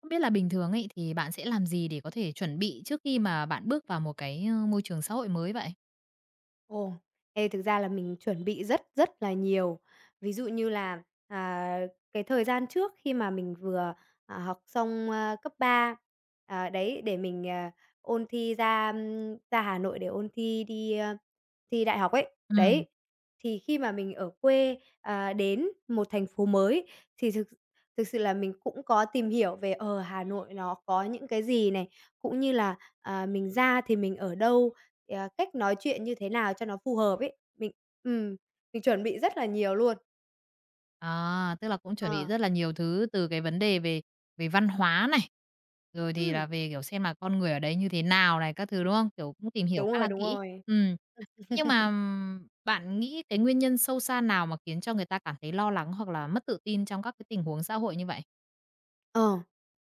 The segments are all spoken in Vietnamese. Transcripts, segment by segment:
Không biết là bình thường ấy thì bạn sẽ làm gì để có thể chuẩn bị trước khi mà bạn bước vào một cái, môi trường xã hội mới vậy? Ồ, thực ra là mình chuẩn bị rất rất là nhiều. Ví dụ như là, à, cái thời gian trước khi mà mình vừa, học xong, cấp 3 đấy, để mình, ôn thi ra, ra Hà Nội để ôn thi đi, thi đại học ấy, Ừ, đấy. Thì khi mà mình ở quê, đến một thành phố mới thì thực thực sự là mình cũng có tìm hiểu về, ở Hà Nội nó có những cái gì này, cũng như là, mình ra thì mình ở đâu, cách nói chuyện như thế nào cho nó phù hợp ấy. Ừm, mình chuẩn bị rất là nhiều luôn. à, tức là cũng chuẩn bị Ờ, rất là nhiều thứ từ cái vấn đề về về văn hóa này, rồi thì ừm, là về, kiểu, xem là con người ở đấy như thế nào này, các thứ, đúng không? Kiểu, cũng tìm hiểu Đúng khá rồi, là đúng kỹ. rồi. Ừ, Ừm, nhưng mà, bạn nghĩ cái nguyên nhân sâu xa nào mà khiến cho người ta cảm thấy lo lắng hoặc là mất tự tin trong các cái tình huống xã hội như vậy? ờ.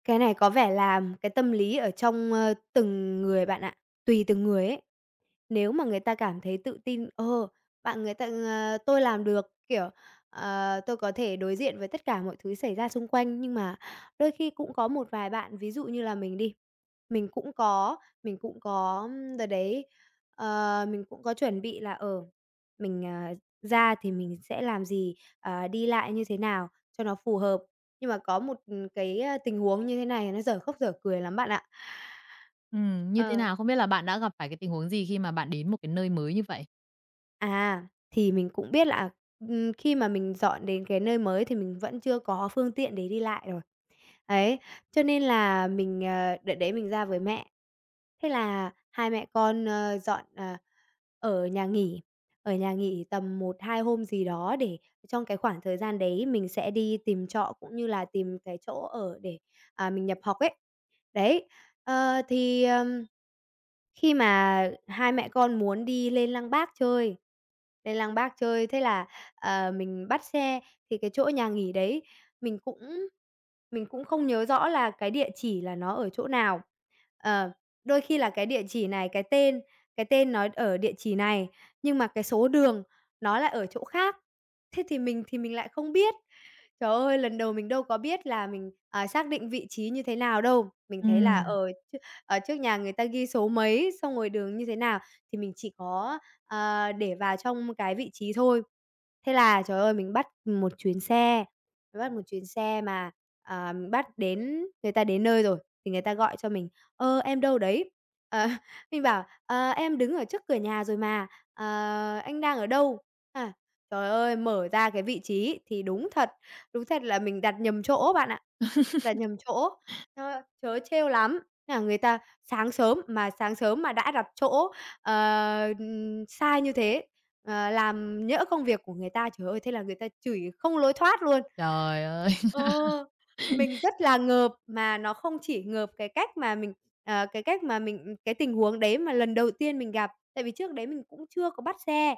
Cái này có vẻ là cái tâm lý ở trong, từng người bạn ạ, tùy từng người ấy. Nếu mà người ta cảm thấy tự tin, bạn người ta tôi làm được, kiểu, tôi có thể đối diện với tất cả mọi thứ xảy ra xung quanh, nhưng mà đôi khi cũng có một vài bạn, ví dụ như là mình đi, mình cũng có mình cũng có đợt đấy, mình cũng có chuẩn bị là, ở mình, ra thì mình sẽ làm gì, đi lại như thế nào cho nó phù hợp. Nhưng mà có một, cái, tình huống như thế này nó dở khóc dở cười lắm bạn ạ. Ừ, như thế Ờ. nào? Không biết là bạn đã gặp phải cái tình huống gì khi mà bạn đến một cái nơi mới như vậy? Thì mình cũng biết là, khi mà mình dọn đến cái nơi mới thì mình vẫn chưa có phương tiện để đi lại rồi. Ấy, cho nên là mình, đợt đấy mình ra với mẹ. Thế là hai mẹ con, dọn, ở nhà nghỉ, ở nhà nghỉ tầm một 2 hôm gì đó để trong cái khoảng thời gian đấy mình sẽ đi tìm trọ cũng như là tìm cái chỗ ở để, mình nhập học ấy. Đấy, ờ, thì, ờm, khi mà hai mẹ con muốn đi lên Lăng Bác chơi, lên Lăng Bác chơi, thế là, mình bắt xe, thì cái chỗ nhà nghỉ đấy mình cũng mình cũng không nhớ rõ là cái địa chỉ là nó ở chỗ nào. Ờ, đôi khi là cái địa chỉ này, cái tên nó ở địa chỉ này, nhưng mà cái số đường nó lại ở chỗ khác, thế thì mình lại không biết. Trời ơi, lần đầu mình đâu có biết là mình, xác định vị trí như thế nào đâu, mình Ừ, thấy là, ở trước nhà người ta ghi số mấy, xong rồi đường như thế nào, thì mình chỉ có, để vào trong cái vị trí thôi. Thế là, trời ơi, mình bắt một chuyến xe, mình bắt một chuyến xe mà, mình bắt đến người ta đến nơi rồi thì người ta gọi cho mình: "Ơ, em đâu đấy?" Ờ, mình bảo: "Ờ, em đứng ở trước cửa nhà rồi mà, ờ, anh đang ở đâu?" À, trời ơi, mở ra cái vị trí thì đúng thật là mình đặt nhầm chỗ bạn ạ, đặt nhầm chỗ. Trời ơi, trớ trêu lắm! Thế là người ta sáng sớm, mà sáng sớm mà đã đặt chỗ, sai như thế, làm nhỡ công việc của người ta, trời ơi, thế là người ta chửi không lối thoát luôn. trời ơi! Ờ, mình rất là ngợp, mà nó không chỉ ngợp cái cách mà mình, cái cách mà mình cái tình huống đấy mà lần đầu tiên mình gặp, tại vì trước đấy mình cũng chưa có bắt xe.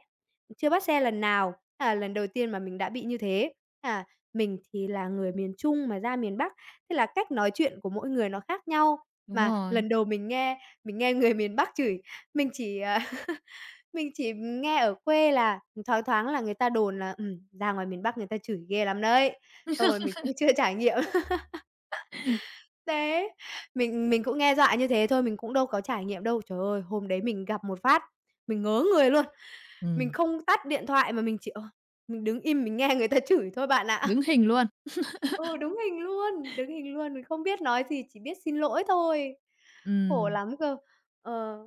Chưa bắt xe lần nào, thế là lần đầu tiên mà mình đã bị như thế. À, mình thì là người miền Trung mà ra miền Bắc, thế là cách nói chuyện của mỗi người nó khác nhau. Đúng Mà rồi. lần đầu mình nghe người miền Bắc chửi, mình chỉ, mình chỉ nghe ở quê là thoáng thoáng là người ta đồn là, "Ra ngoài miền Bắc người ta chửi ghê lắm đấy." Xong rồi mình cũng chưa trải nghiệm. Thế mình cũng nghe dọa như thế thôi, mình cũng đâu có trải nghiệm đâu. Trời ơi, hôm đấy mình gặp một phát, mình ngớ người luôn. Mình Ừm. không tắt điện thoại mà mình chỉ, mình đứng im mình nghe người ta chửi thôi bạn ạ. Đứng hình luôn. Ừ, đúng hình luôn, đứng hình luôn, mình không biết nói gì, chỉ biết xin lỗi thôi. Khổ Ừm. lắm cơ. Ờ,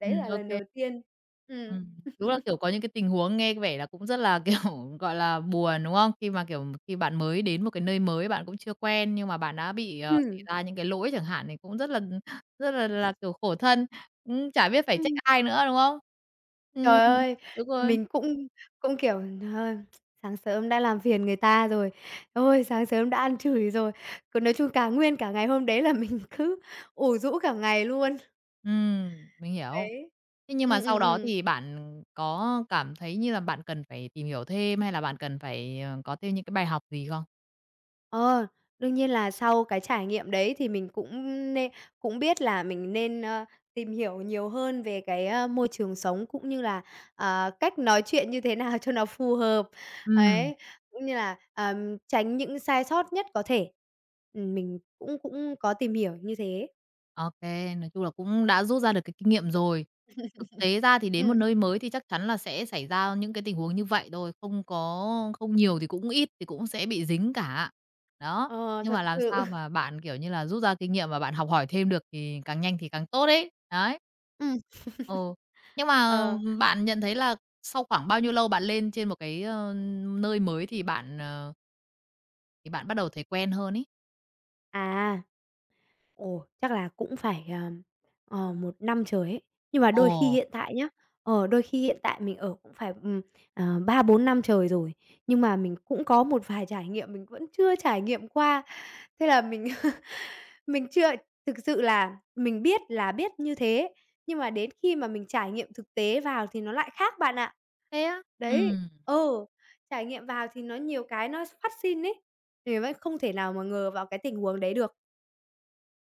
đấy là Ô lần kê. đầu tiên. Ừm. Ừm. Đúng là, kiểu, có những cái tình huống nghe có vẻ là cũng rất là, kiểu, gọi là, buồn, đúng không? Khi mà, kiểu, khi bạn mới đến một cái nơi mới bạn cũng chưa quen, nhưng mà bạn đã bị, xảy Ừm. ra những cái lỗi chẳng hạn thì cũng rất là rất là, kiểu, khổ thân, cũng chả biết phải trách Ừm. ai nữa, đúng không? Ừm, Trời ơi, đúng rồi. mình cũng kiểu, ờ, sáng sớm đã làm phiền người ta rồi, ôi, sáng sớm đã ăn chửi rồi. Cứ nói chung cả nguyên cả ngày hôm đấy là mình cứ ù rũ cả ngày luôn. Mình hiểu. Đấy. Thế nhưng mà Ừm, sau ừm, đó ừm. thì bạn có cảm thấy như là bạn cần phải tìm hiểu thêm hay là bạn cần phải, có thêm những cái bài học gì không? Ờ, đương nhiên là sau cái trải nghiệm đấy thì mình cũng nên cũng biết là mình nên, tìm hiểu nhiều hơn về cái, môi trường sống cũng như là, cách nói chuyện như thế nào cho nó phù hợp, Ừm. ấy, cũng như là, tránh những sai sót nhất có thể. Mình cũng cũng có tìm hiểu như thế. OK, nói chung là cũng đã rút ra được cái kinh nghiệm rồi. Thực tế ra thì đến một Ừm, nơi mới thì chắc chắn là sẽ xảy ra những cái tình huống như vậy thôi, không có không nhiều thì cũng ít thì cũng sẽ bị dính cả. Đó, ờ, nhưng thật mà làm sự. sao mà bạn, kiểu như là, rút ra kinh nghiệm và bạn học hỏi thêm được thì càng nhanh thì càng tốt ấy, đấy. Ừm, Ồ, nhưng mà ờ. bạn nhận thấy là sau khoảng bao nhiêu lâu bạn lên trên một cái, nơi mới thì bạn, thì bạn bắt đầu thấy quen hơn ấy? À. Ồ, chắc là cũng phải, 1 năm trời ấy. Nhưng mà đôi khi Ồ, hiện tại nhá, đôi khi hiện tại mình ở cũng phải, 3, 4 năm trời rồi, nhưng mà mình cũng có một vài trải nghiệm mình vẫn chưa trải nghiệm qua. Thế là mình mình chưa thực sự là mình biết là biết như thế, nhưng mà đến khi mà mình trải nghiệm thực tế vào thì nó lại khác bạn ạ. thế á? Ừ. Đấy, ừ, trải nghiệm vào thì nó nhiều cái nó phát sinh ấy, thì vẫn không thể nào mà ngờ vào cái tình huống đấy được.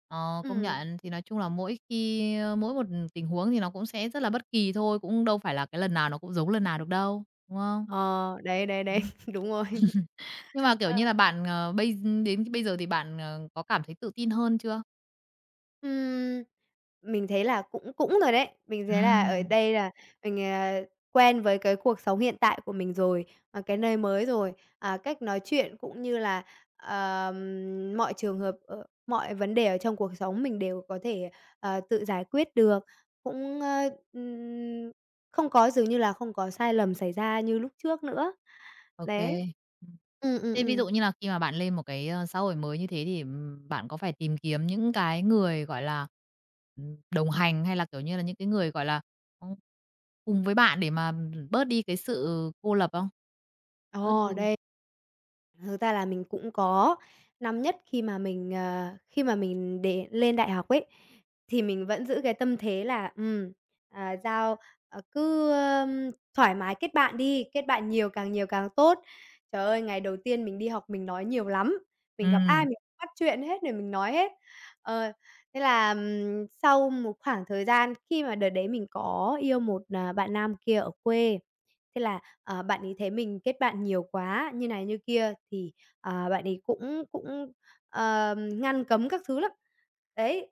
Ờ, công Ừm. nhận. Thì nói chung là mỗi khi mỗi một tình huống thì nó cũng sẽ rất là bất kỳ thôi, cũng đâu phải là cái lần nào nó cũng giống lần nào được đâu, đúng không? Ờ, đấy, đấy, đấy, Đúng. đúng rồi. Nhưng mà, kiểu như là, Ờ. bạn, ờ, bây đến bây giờ thì bạn, có cảm thấy tự tin hơn chưa? Ừm, mình thấy là cũng cũng rồi đấy, mình thấy là ở Ừm, đây là mình, quen với cái cuộc sống hiện tại của mình rồi, cái nơi mới rồi, cách nói chuyện cũng như là, mọi trường hợp ở mọi vấn đề ở trong cuộc sống mình đều có thể, tự giải quyết được, cũng, không có dường như là không có sai lầm xảy ra như lúc trước nữa. ô kê. Đấy. ừ ừ Thế ừ ví dụ như là khi mà bạn lên một cái, xã hội mới như thế thì, bạn có phải tìm kiếm những cái người, gọi là, đồng hành hay là, kiểu như là, những cái người, gọi là, ừm, cùng với bạn để mà bớt đi cái sự cô lập không? Ớt Ồ, điều. đây thực ra là mình cũng có. Năm nhất khi mà mình, khi mà mình để lên đại học ấy, thì mình vẫn giữ cái tâm thế là, giao, cứ, thoải mái kết bạn đi, kết bạn nhiều càng tốt. Trời ơi, ngày đầu tiên mình đi học mình nói nhiều lắm, mình gặp ai Ừm, mình cũng bắt chuyện hết rồi mình nói hết. Ờ, thế là, sau một khoảng thời gian khi mà đợt đấy mình có yêu một, bạn nam kia ở quê. Thế là, bạn ấy thấy mình kết bạn nhiều quá, như này như kia thì, bạn ấy cũng cũng, ngăn cấm các thứ lắm. Đấy.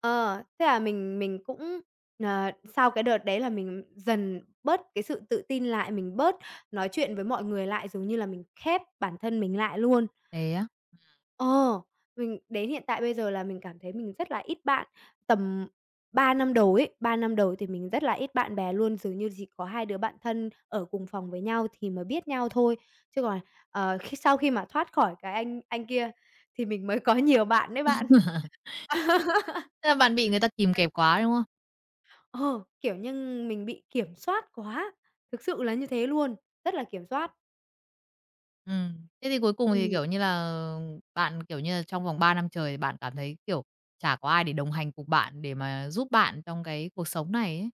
Ờ, thế là mình cũng, sau cái đợt đấy là mình dần bớt cái sự tự tin lại, mình bớt nói chuyện với mọi người lại, giống như là mình khép bản thân mình lại luôn. thế á? Ờ, mình đến hiện tại bây giờ là mình cảm thấy mình rất là ít bạn. Tầm 3 năm đầu ấy, 3 năm đầu thì mình rất là ít bạn bè luôn, dường như chỉ có 2 đứa bạn thân ở cùng phòng với nhau thì mới biết nhau thôi. Chứ còn, khi sau khi mà thoát khỏi cái anh kia thì mình mới có nhiều bạn đấy bạn. Thế là bạn bị người ta kìm kẹp quá, đúng không? Ờ, kiểu như, mình bị kiểm soát quá, thực sự là như thế luôn, rất là kiểm soát. Thế thì cuối cùng thì, Ừm. kiểu như là, bạn, kiểu như là, trong vòng 3 năm trời thì bạn cảm thấy, kiểu, chả có ai để đồng hành cùng bạn, để mà giúp bạn trong cái cuộc sống này ấy.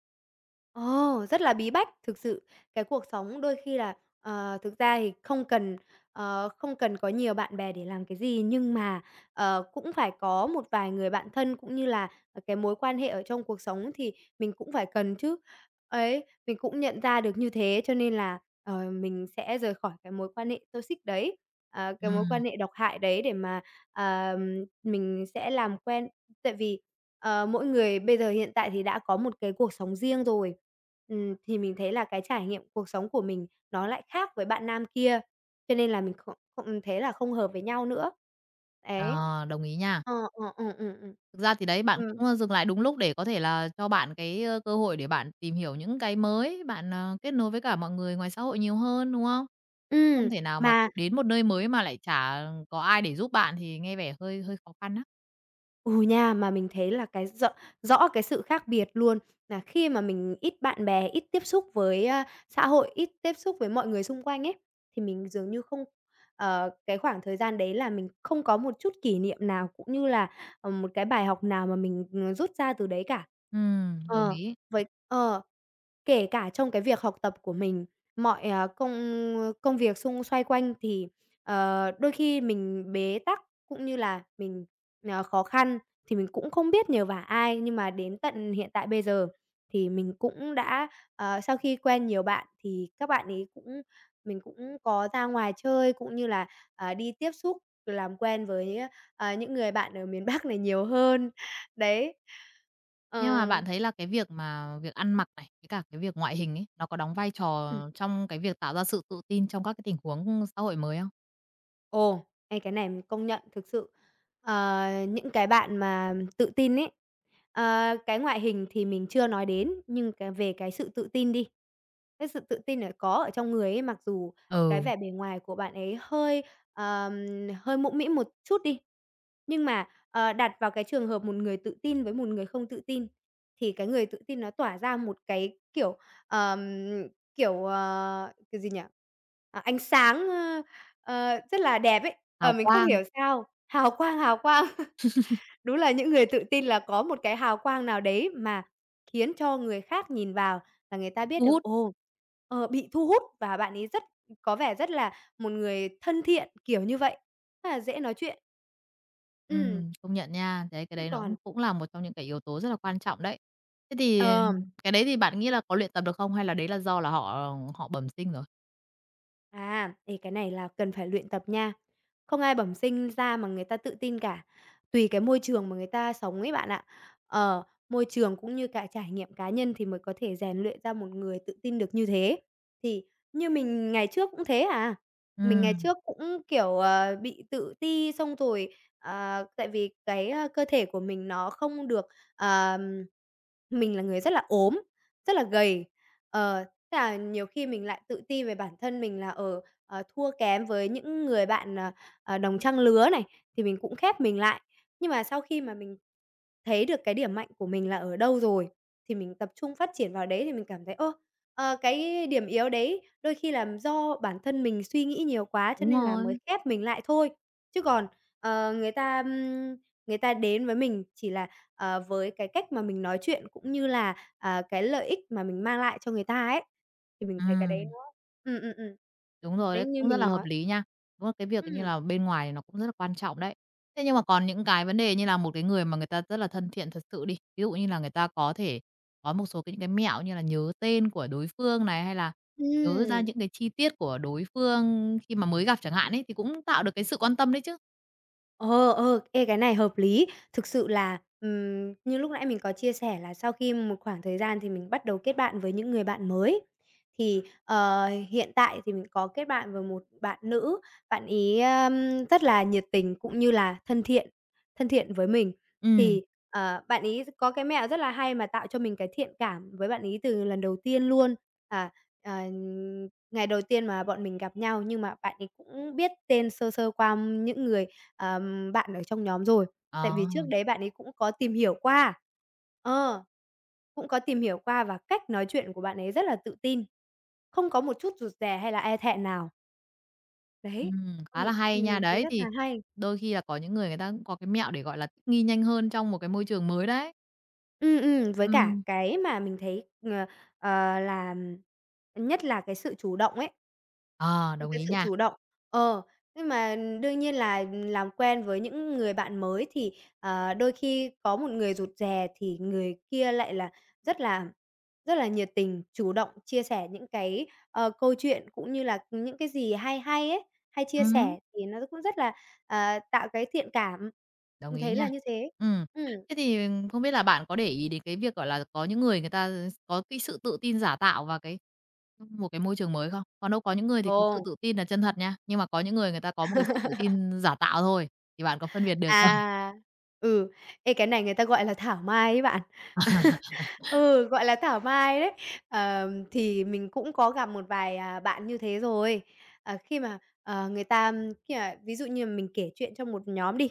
Ồ, rất là bí bách, thực sự. Cái cuộc sống đôi khi là, thực ra thì không cần, không cần có nhiều bạn bè để làm cái gì, nhưng mà, cũng phải có một vài người bạn thân, cũng như là, cái mối quan hệ ở trong cuộc sống thì mình cũng phải cần chứ. Ấy, mình cũng nhận ra được như thế cho nên là, mình sẽ rời khỏi cái mối quan hệ toxic đấy, cái mối Ừm, quan hệ độc hại đấy để mà, mình sẽ làm quen. Tại vì, mỗi người bây giờ hiện tại thì đã có một cái cuộc sống riêng rồi, thì mình thấy là cái trải nghiệm cuộc sống của mình nó lại khác với bạn nam kia, cho nên là mình không không thấy là không hợp với nhau nữa. Đấy. ờ, đồng ý nha. Ờ, ờ, ừ, ừ, ừ. Thực ra thì đấy, bạn Ừm, cũng, dừng lại đúng lúc để có thể là cho bạn cái, cơ hội để bạn tìm hiểu những cái mới, bạn, kết nối với cả mọi người ngoài xã hội nhiều hơn, đúng không? Không ừm, thể nào mà, mà kiểu, đến một nơi mới mà lại chả có ai để giúp bạn thì nghe vẻ hơi hơi khó khăn á. Ừ nha, mà mình thấy là cái rõ rõ cái sự khác biệt luôn, là khi mà mình ít bạn bè, ít tiếp xúc với, xã hội, ít tiếp xúc với mọi người xung quanh ấy, thì mình dường như không ờ, cái khoảng thời gian đấy là mình không có một chút kỷ niệm nào, cũng như là, một cái bài học nào mà mình, rút ra từ đấy cả. Đồng Ờ, ý. với ờ, Kể cả trong cái việc học tập của mình, mọi, công công việc xung xoay quanh thì, đôi khi mình bế tắc cũng như là mình, khó khăn thì mình cũng không biết nhờ vả ai, nhưng mà đến tận hiện tại bây giờ thì mình cũng đã ờ, sau khi quen nhiều bạn thì các bạn ấy cũng mình cũng có ra ngoài chơi, cũng như là, đi tiếp xúc, làm quen với, những người bạn ở miền Bắc này nhiều hơn. Đấy. Nhưng mà Ờ, bạn thấy là cái việc mà việc ăn mặc này, với cả cái việc ngoại hình ấy, nó có đóng vai trò ừm, trong cái việc tạo ra sự tự tin trong các cái tình huống xã hội mới không? Cái này mình công nhận thực sự, những cái bạn mà tự tin ấy, cái ngoại hình thì mình chưa nói đến, nhưng cái về cái sự tự tin đi. Cái sự tự tin có ở trong người ấy, mặc dù cái Ừ. vẻ bề ngoài của bạn ấy hơi, ờm, hơi mũm mĩm một chút đi, nhưng mà, đặt vào cái trường hợp một người tự tin với một người không tự tin, thì cái người tự tin nó tỏa ra một cái, kiểu, ờm, kiểu gì nhỉ? À, ánh sáng, rất là đẹp ấy. Ờ, Hào mình không quang, hiểu sao, hào quang, hào quang. Đúng là những người tự tin là có một cái hào quang nào đấy mà khiến cho người khác nhìn vào là người ta bị biết thu được, hút. ồ, bị thu hút và bạn ấy có vẻ rất là một người thân thiện, kiểu như vậy, rất là dễ nói chuyện. Ừm, Công nhận nha. Đấy, cái chứ đấy nó cũng còn cũng là một trong những cái yếu tố rất là quan trọng đấy. Thế thì ờ. cái đấy thì bạn nghĩ là có luyện tập được không? Hay là đấy là do là họ họ bẩm sinh rồi? À, thì cái này là cần phải luyện tập nha. Không ai bẩm sinh ra mà người ta tự tin cả, tùy cái môi trường mà người ta sống ấy bạn ạ. Ờ, môi trường cũng như cả trải nghiệm cá nhân thì mới có thể rèn luyện ra một người tự tin được như thế. Thì như mình ngày trước cũng thế à, mình ngày Ừm, trước cũng, kiểu, bị tự ti xong rồi, tại vì cái, cơ thể của mình nó không được, ờm mình là người rất là ốm, rất là gầy, ờ, thế là nhiều khi mình lại tự ti về bản thân mình là, thua kém với những người bạn, đồng trang lứa này, thì mình cũng khép mình lại. Nhưng mà sau khi mà mình thấy được cái điểm mạnh của mình là ở đâu rồi, thì mình tập trung phát triển vào đấy thì mình cảm thấy, cái điểm yếu đấy đôi khi là do bản thân mình suy nghĩ nhiều quá cho đúng nên là rồi. mới khép mình lại thôi. Chứ còn, người ta, người ta đến với mình chỉ là, với cái cách mà mình nói chuyện cũng như là cái lợi ích mà mình mang lại cho người ta ấy, thì mình thấy cái đấy Ừm. nó ừm, ừm, ừm, Đúng rồi đấy, đấy, như cũng rất mình là hợp nói lý nha. Đúng là cái việc như ừm, là bên ngoài thì nó cũng rất là quan trọng đấy. Thế nhưng mà còn những cái vấn đề như là một cái người mà người ta rất là thân thiện thật sự đi, ví dụ như là người ta có thể có một số cái những cái mẹo như là nhớ tên của đối phương này, hay là nhớ ra ừm. những cái chi tiết của đối phương khi mà mới gặp chẳng hạn ấy, thì cũng tạo được cái sự quan tâm đấy chứ. Cái này hợp lý. Thực sự là, như lúc nãy mình có chia sẻ là sau khi một khoảng thời gian thì mình bắt đầu kết bạn với những người bạn mới. Thì, hiện tại thì mình có kết bạn với một bạn nữ, bạn ý rất là nhiệt tình cũng như là thân thiện với mình. Ừ. Thì, bạn ý có cái mẹo rất là hay mà tạo cho mình cái thiện cảm với bạn ý từ lần đầu tiên luôn. À, ờ, Ngày đầu tiên mà bọn mình gặp nhau nhưng mà bạn ấy cũng biết tên sơ sơ qua những người bạn ở trong nhóm rồi, tại Ờ, vì trước đấy bạn ấy cũng có tìm hiểu qua. Ờ, cũng có tìm hiểu qua và cách nói chuyện của bạn ấy rất là tự tin, không có một chút rụt rè hay là e thẹn nào. Đấy, khá mình là hay nha. mình thấy Đấy, rất thì là hay. đôi khi là có những người người ta cũng có cái mẹo để, gọi là, thích nghi nhanh hơn trong một cái môi trường mới đấy. Với cả Ừ. cái mà mình thấy, là nhất là cái sự chủ động ấy. Ờ, đồng Cái ý sự nha. chủ động. Ờ, nhưng mà đương nhiên là làm quen với những người bạn mới thì, đôi khi có một người rụt rè thì người kia lại là rất là rất là nhiệt tình, chủ động chia sẻ những cái, câu chuyện cũng như là những cái gì hay hay ấy, hay chia Ừm. sẻ thì nó cũng rất là, tạo cái thiện cảm. Đồng Mình ý thấy là nha. như thế. Ừm. Ừm. Thế thì không biết là bạn có để ý đến cái việc, gọi là, có những người người ta có cái sự tự tin giả tạo vào cái một cái môi trường mới không? Còn đâu có những người thì Ồ, cái sự tự tin là chân thật nha, nhưng mà có những người người ta có một cái sự tự tin giả tạo thôi, thì bạn có phân biệt được không? à, ừ, ê, Cái này người ta gọi là thảo mai ấy bạn. Ừ, gọi là thảo mai đấy. Thì mình cũng có gặp một vài, bạn như thế rồi. Ờ, khi mà, người ta khi mà ví dụ như mình kể chuyện trong một nhóm đi,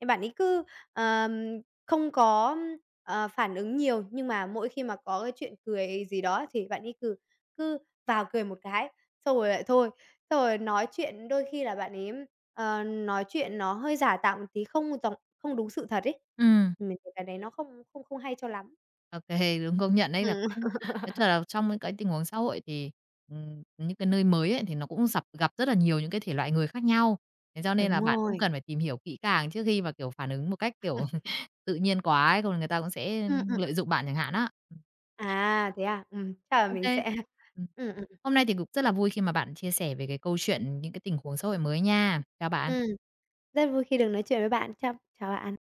thì bạn ấy cứ, ờm, không có, phản ứng nhiều, nhưng mà mỗi khi mà có cái chuyện cười gì đó thì bạn ấy cứ cứ vào cười một cái, xong rồi lại thôi. Xong rồi nói chuyện đôi khi là bạn ấy, nói chuyện nó hơi giả tạo một tí, không đúng sự thật ấy. Ừm. Mình thấy cái đấy nó không không không hay cho lắm. OK, đúng, công nhận đấy là Ừm. cũng nói chung là trong những cái tình huống xã hội thì, những cái nơi mới ấy, thì nó cũng gặp gặp rất là nhiều những cái thể loại người khác nhau. Thế cho nên là Đúng bạn cũng rồi. cần phải tìm hiểu kỹ càng trước khi mà, kiểu, phản ứng một cách, kiểu, tự nhiên quá ấy, không người ta cũng sẽ Ừm, ừm. lợi dụng bạn chẳng hạn á. À, thế à? Chắc là mình OK. sẽ Ừm. ừm, ừm, Hôm nay thì cũng rất là vui khi mà bạn chia sẻ về cái câu chuyện những cái tình huống xã hội mới nha. Chào bạn. ừm. Rất vui khi được nói chuyện với bạn. Chào chào bạn.